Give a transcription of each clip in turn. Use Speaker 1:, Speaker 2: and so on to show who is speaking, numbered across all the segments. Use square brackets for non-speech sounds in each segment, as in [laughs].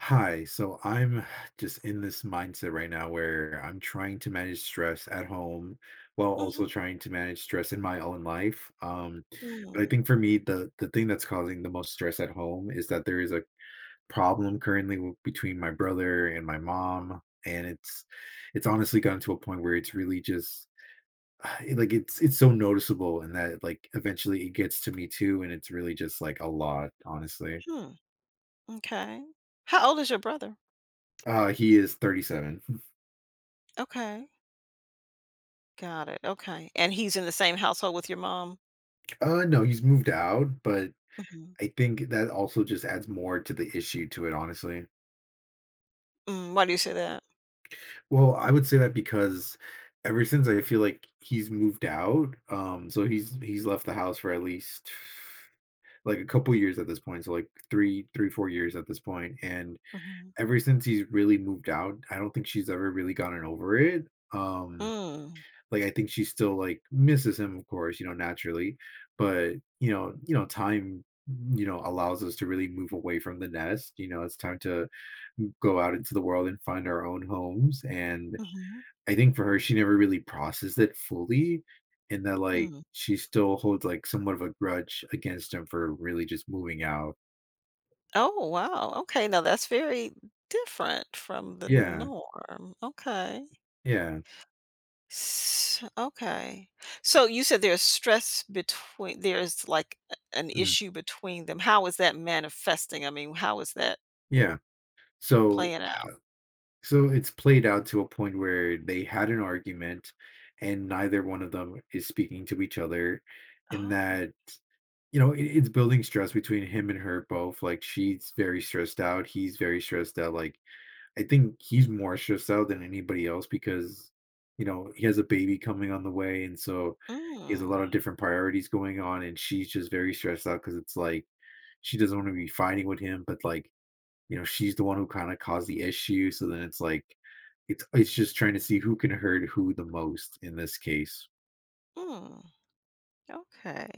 Speaker 1: Hi. So I'm just in this mindset right now where I'm trying to manage stress at home while also
Speaker 2: Mhm.
Speaker 1: trying to manage stress in my own life. But I
Speaker 2: Mm.
Speaker 1: think for me, the thing that's causing the most stress at home is that there is a problem currently between my brother and my mom, and it's honestly gotten to a point where it's really just [sighs] like it's so noticeable, and that like eventually it gets to me too, and it's really just like a lot, honestly.
Speaker 2: Hmm, okay. How old is your brother?
Speaker 1: He is 37.
Speaker 2: Okay, got it, okay, and he's in the same household with your mom?
Speaker 1: No, he's moved out, but
Speaker 2: Mhm.
Speaker 1: I think that also just adds more to the issue to it, honestly.
Speaker 2: Why do you say that?
Speaker 1: Well, I would say that because ever since I feel like he's moved out, so he's left the house for at least like a couple years at this point, so like three, 4 years at this point, and
Speaker 2: Mhm.
Speaker 1: ever since he's really moved out, I don't think she's ever really gotten over it. Um,
Speaker 2: Mm.
Speaker 1: Like I think she still like misses him, of course, you know, naturally. But time, allows us to really move away from the nest. You know, it's time to go out into the world and find our own homes. And
Speaker 2: Mhm.
Speaker 1: I think for her, she never really processed it fully, and that like
Speaker 2: Mm.
Speaker 1: she still holds like somewhat of a grudge against him for really just moving out.
Speaker 2: Oh, wow, okay, now that's very different from the
Speaker 1: Yeah,
Speaker 2: norm, okay.
Speaker 1: yeah,
Speaker 2: S Okay. So, you said there's stress between there's, like, a an
Speaker 1: mhm,
Speaker 2: issue between them. How is that manifesting? I mean, how is that
Speaker 1: yeah. So
Speaker 2: playing out?
Speaker 1: So it's played out to a point where they had an argument, and neither one of them is speaking to each other. And
Speaker 2: Oh.
Speaker 1: that, you know, it's building stress between him and her both. Like she's very stressed out. He's very stressed out. Like I think he's more stressed out than anybody else because, you know, he has a baby coming on the way. And so he has a
Speaker 2: Mm.
Speaker 1: lot of different priorities going on. And she's just very stressed out because it's like she doesn't want to be fighting with him, but like you know, she's the one who kind of caused the issue. So then it's like, it's just trying to see who can hurt who the most in this case.
Speaker 2: Mm, okay.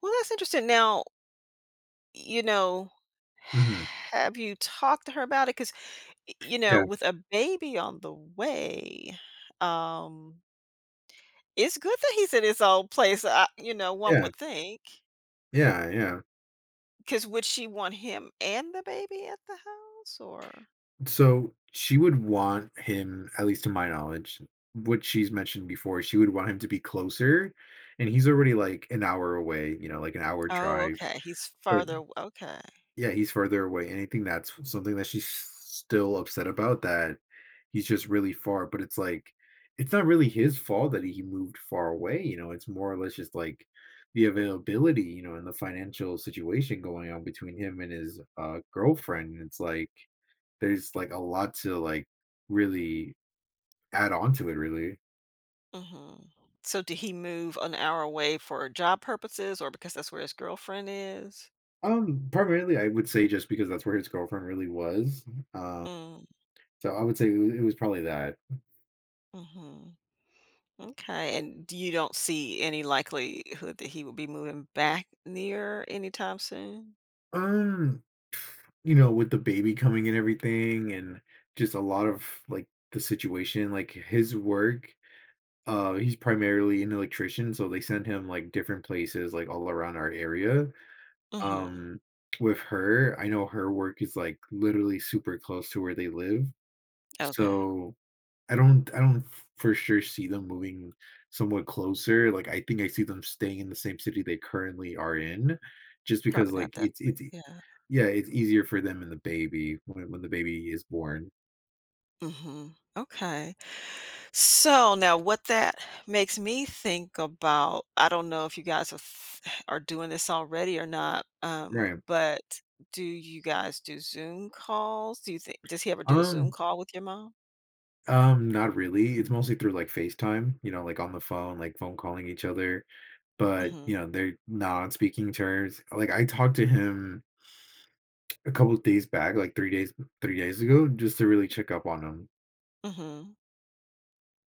Speaker 2: Well, that's interesting. Now, you know,
Speaker 1: Mhm.
Speaker 2: have you talked to her about it? Because,
Speaker 1: Yeah,
Speaker 2: with a baby on the way, um, it's good that he's in his old place, one
Speaker 1: yeah,
Speaker 2: would think.
Speaker 1: yeah, yeah.
Speaker 2: Because would she want him and the baby at the house or?
Speaker 1: So she would want him, at least to my knowledge, what she's mentioned before, she would want him to be closer, and he's already like an hour away, you know, like an hour
Speaker 2: Oh,
Speaker 1: drive.
Speaker 2: okay. He's
Speaker 1: But
Speaker 2: further. Okay.
Speaker 1: Yeah, he's further away, and I think that's something that she's still upset about, that he's just really far, but it's like it's not really his fault that he moved far away, you know, it's more or less just like the availability, you know, and the financial situation going on between him and his girlfriend. And it's like there's like a lot to like really add on to it really.
Speaker 2: Hmm. So did he move an hour away for job purposes or because that's where his girlfriend is?
Speaker 1: Primarily I would say just because that's where his girlfriend really was. Um so I would say it was probably that.
Speaker 2: Mm-hmm. Okay, and you don't see any likelihood that he will be moving back near anytime soon?
Speaker 1: Um you know, with the baby coming and everything and just a lot of like the situation, like his work, he's primarily an electrician, so they send him like different places like all around our area.
Speaker 2: Mhm.
Speaker 1: Um, with her, I know her work is like literally super close to where they live.
Speaker 2: Okay,
Speaker 1: So I don't for sure see them moving somewhat closer. Like I think I see them staying in the same city they currently are in just because
Speaker 2: probably not
Speaker 1: like
Speaker 2: that,
Speaker 1: it's
Speaker 2: yeah.
Speaker 1: yeah, it's easier for them and the baby when the baby is born.
Speaker 2: Mhm. Okay. So, now what that makes me think about, I don't know if you guys are doing this already or not,
Speaker 1: Right.
Speaker 2: but do you guys do Zoom calls? Do you think does he ever do a Zoom
Speaker 1: Um,
Speaker 2: call with your mom?
Speaker 1: Not really. It's mostly through like FaceTime, you know, like on the phone, like phone calling each other. But
Speaker 2: Mhm.
Speaker 1: you know, they're not on speaking terms. Like I talked to him a couple of days back, like 3 days ago, just to really check up on him.
Speaker 2: Mhm.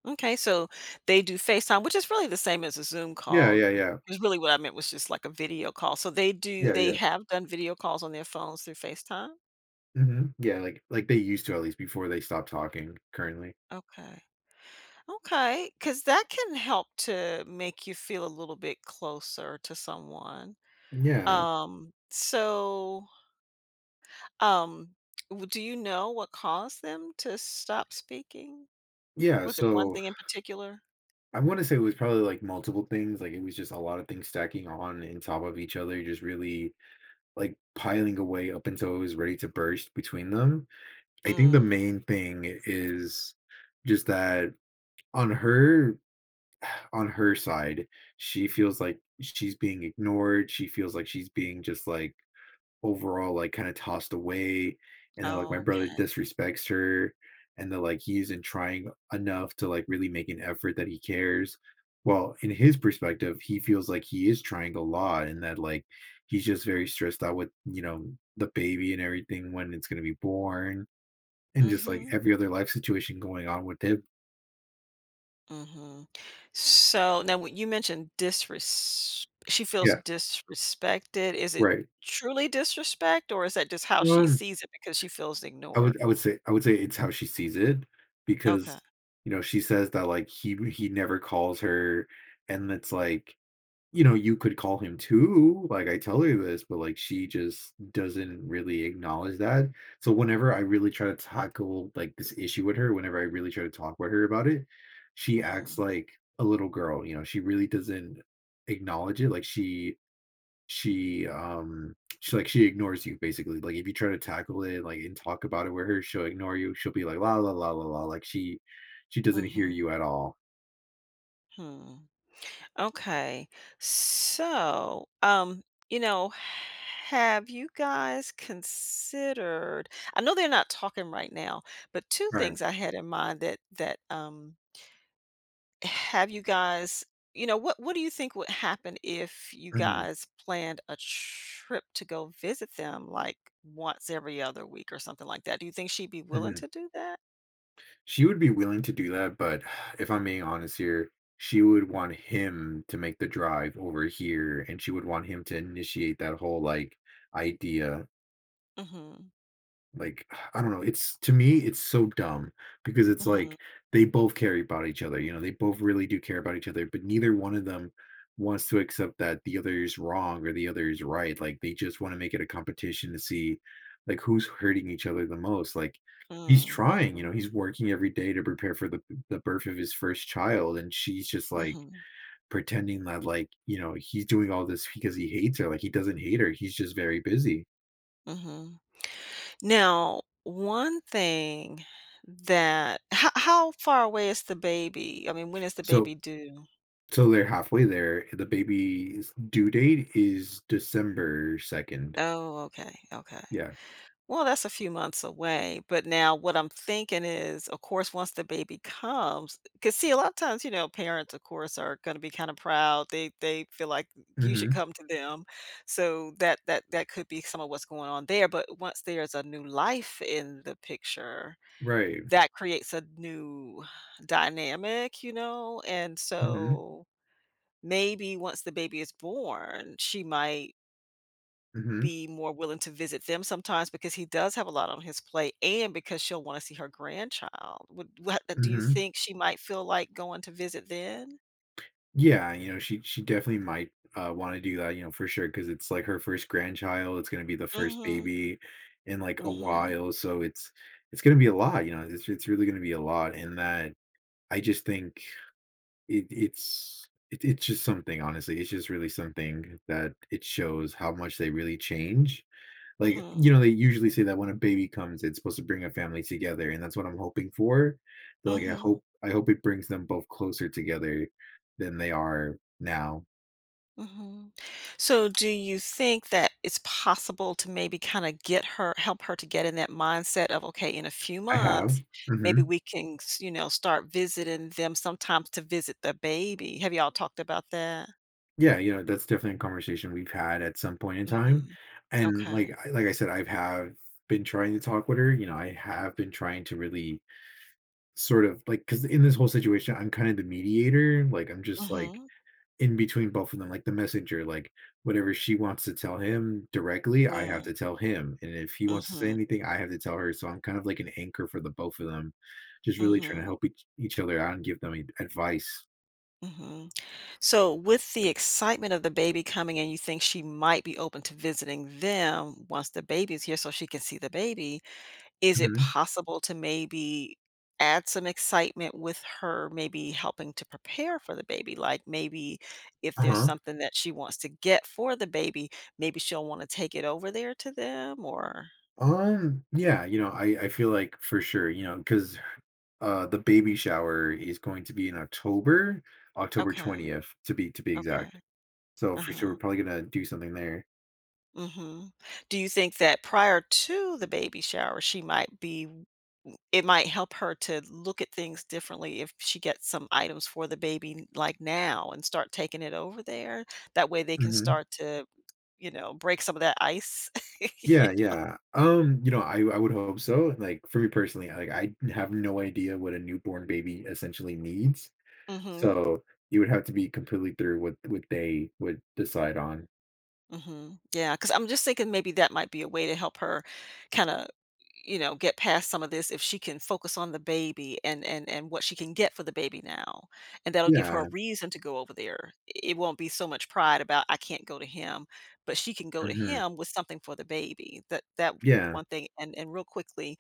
Speaker 2: Okay, so they do FaceTime, which is really the same as a Zoom
Speaker 1: Yeah,
Speaker 2: call.
Speaker 1: yeah, yeah,
Speaker 2: Is really what I meant was just like a video call. So
Speaker 1: yeah,
Speaker 2: they
Speaker 1: yeah.
Speaker 2: have done video calls on their phones through FaceTime.
Speaker 1: Hmm. Yeah, like they used to at least before they stopped talking. Currently.
Speaker 2: Okay. Okay. Because that can help to make you feel a little bit closer to someone.
Speaker 1: Yeah,
Speaker 2: So, um, do what caused them to stop speaking?
Speaker 1: yeah.
Speaker 2: Was it one
Speaker 1: So
Speaker 2: thing in particular?
Speaker 1: I want to say it was probably like multiple things. Like it was just a lot of things stacking on in top of each other, just really like piling away up until it was ready to burst between them. I think the
Speaker 2: Mm,
Speaker 1: main thing is just that on her on her side, she feels like she's being ignored. She feels like she's being just like overall, like, kinda tossed away, and then, like, my brother
Speaker 2: okay.
Speaker 1: disrespects her, and then, like, he isn't trying enough to, like, really make an effort that he cares. Well, in his perspective, he feels like he is trying a lot and that, like, he's just very stressed out with, you know, the baby and everything when it's gonna be born, and just, like,
Speaker 2: Hmm.
Speaker 1: every other life situation going on with him.
Speaker 2: Hmm. So now, when you mentioned she feels
Speaker 1: Yeah,
Speaker 2: disrespected. Is it
Speaker 1: right.
Speaker 2: truly disrespect, or is that just how she
Speaker 1: Um
Speaker 2: sees it because she feels
Speaker 1: I would
Speaker 2: ignored?
Speaker 1: I would say I would say it's how she sees it
Speaker 2: Okay.
Speaker 1: because, you know, she says that, like, he never calls her, and it's like, you know, you could call him too, like, I tell her this, but, like, she just doesn't really acknowledge that. So whenever I really try to tackle, like, this issue with her, whenever I really try to talk with her about it, she acts
Speaker 2: Hmm.
Speaker 1: like a little girl, you know, she really doesn't acknowledge it, like, she um she ignores you, basically, like if you try to tackle it like and talk about it with her, she'll ignore you, she'll be like la la la la la, like she doesn't hear
Speaker 2: Hmm.
Speaker 1: you at all.
Speaker 2: Hmm. Okay. So, you know, have you guys considered? I know they're not talking right now, but two
Speaker 1: Right.
Speaker 2: things I had in mind that that Have you guys What do you think would happen if you
Speaker 1: Mhm,
Speaker 2: guys planned a trip to go visit them, like, once every other week or something like that? Do you think she'd be willing
Speaker 1: mhm.
Speaker 2: to do that?
Speaker 1: She would be willing to do that, but [sighs] if I'm being honest here, she would want him to make the drive over here, and she would want him to initiate that whole like idea.
Speaker 2: Mhm.
Speaker 1: Like, I don't know, it's to me, it's so dumb because it's
Speaker 2: Mhm.
Speaker 1: like they both care about each other, you know, they both really do care about each other, but neither one of them wants to accept that the other is wrong or the other is right. Like they just want to make it a competition to see like who's hurting each other the most. Like he's
Speaker 2: Mm.
Speaker 1: trying, you know,
Speaker 2: Mhm.
Speaker 1: he's working every day to prepare for the birth of his first child, and she's just like
Speaker 2: Mhm.
Speaker 1: pretending that like, you know, he's doing all this because he hates her. Like he doesn't hate her. He's just very busy.
Speaker 2: Mhm. Now, one thing that how far away is the baby? I mean, when is the
Speaker 1: So
Speaker 2: baby due?
Speaker 1: So they're halfway there. The baby's due date is December 2nd.
Speaker 2: Oh, okay, okay.
Speaker 1: Yeah.
Speaker 2: Well, that's a few months away, but now what I'm thinking is, of course, once the baby comes 'cause see, a lot of times, parents, of course, are gonna be kinda proud. They feel like you should
Speaker 1: Mhm.
Speaker 2: come to them. So that could be some of what's going on there, but once there's a new life in the picture,
Speaker 1: Right.
Speaker 2: that creates a new dynamic, you know? And
Speaker 1: Mhm.
Speaker 2: so, maybe once the baby is born, she might
Speaker 1: Mhm.
Speaker 2: be more willing to visit them sometimes because he does have a lot on his plate and because she'll wanna see her grandchild. Would what do you
Speaker 1: Mhm.
Speaker 2: think she might feel like going to visit then?
Speaker 1: Yeah, you know, she definitely might, wanna do that, you know, for sure because it's, like, her first grandchild. It's gonna be the first
Speaker 2: Mhm,
Speaker 1: baby in, like, a
Speaker 2: mhm,
Speaker 1: while, so it's gonna be a lot, you know? It's really gonna be a lot, and that I just think it's just something, honestly. It's just really something that it shows how much they really change. Like, you
Speaker 2: mhm,
Speaker 1: know, they usually say that when a baby comes, it's supposed to bring a family together, and that's what I'm hoping for. But, like, I
Speaker 2: mhm,
Speaker 1: hope I hope it brings them both closer together than they are now.
Speaker 2: mhm. So, do you think that it's possible to maybe kinda get her help her to get in that mindset of, "Okay, in a few
Speaker 1: I have.
Speaker 2: months, maybe
Speaker 1: Mhm.
Speaker 2: we can start visiting them sometimes to visit the baby." Have y'all talked about that?
Speaker 1: Yeah, you know, that's definitely a conversation we've had at some point in time,
Speaker 2: Mhm.
Speaker 1: and,
Speaker 2: Okay.
Speaker 1: like I said, I've have been trying to talk with her, you know, I have been trying to really sort of like because in this whole situation, I'm kind of the mediator, like, I'm just, like
Speaker 2: Mhm.
Speaker 1: in between both of them, like the messenger, like whatever she wants to tell him directly, I have
Speaker 2: Mm.
Speaker 1: to tell him. And if he wants to say
Speaker 2: Mhm,
Speaker 1: anything, I have to tell her. So I'm kind of like an anchor for the both of them, just really trying to
Speaker 2: mhm,
Speaker 1: help each other out, and give them advice.
Speaker 2: mhm. So, with the excitement of the baby coming in, you think she might be open to visiting them once the baby's here so she can see the baby. Is it
Speaker 1: Hmm.
Speaker 2: possible to maybe add some excitement with her maybe helping to prepare for the baby? Like maybe if there's
Speaker 1: Uh-huh.
Speaker 2: something that she wants to get for the baby, maybe she'll want to take it over there to them or
Speaker 1: Yeah, you know, I feel like for sure, you know, because the baby shower is going to be in October, October
Speaker 2: okay,
Speaker 1: 20th to be
Speaker 2: okay.
Speaker 1: exact. So for sure we're
Speaker 2: Uh-huh.
Speaker 1: probably gonna do something there.
Speaker 2: Mhm. Do you think that prior to the baby shower, she might be it might help her to look at things differently if she gets some items for the baby like now and start taking it over there. That way they can start to, break some of that ice. [laughs] You
Speaker 1: Yeah, yeah. You know, I would hope so. Like for me personally, like I have no idea what a newborn baby essentially needs.
Speaker 2: know? Mhm.
Speaker 1: So you would have to be completely through what they would decide on.
Speaker 2: Mhm. because 'cause I'm just thinking maybe that might be a way to help her kinda, get past some of this if she can focus on the baby and and what she can get for the baby now, and that'll give her
Speaker 1: Yeah.
Speaker 2: a reason to go over there. I it won't be so much pride about, "I can't go to him," but she can go to
Speaker 1: Hmm.
Speaker 2: him with something for the baby. That
Speaker 1: Yeah.
Speaker 2: one thing and real quickly,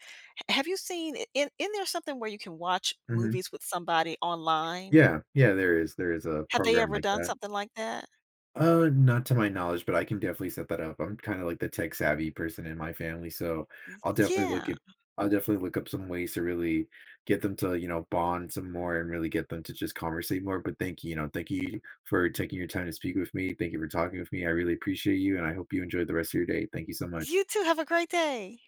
Speaker 2: h have you seen I in there something where you can watch
Speaker 1: Hmm.
Speaker 2: movies with somebody online?
Speaker 1: Yeah. Yeah. There is a
Speaker 2: Have they
Speaker 1: program
Speaker 2: ever
Speaker 1: like
Speaker 2: done
Speaker 1: that.
Speaker 2: something like that?
Speaker 1: Not to my knowledge, but I can definitely set that up. I'm kinda like the tech savvy person in my family, so I'll definitely
Speaker 2: Yeah.
Speaker 1: look up some ways to really get them to, you know, bond some more, and really get them to just conversate more. But thank you, you know, thank you for taking your time to speak with me. Thank you for talking with me. I really appreciate you, and I hope you enjoy the rest of your day. Thank you so much.
Speaker 2: You too, have a great day.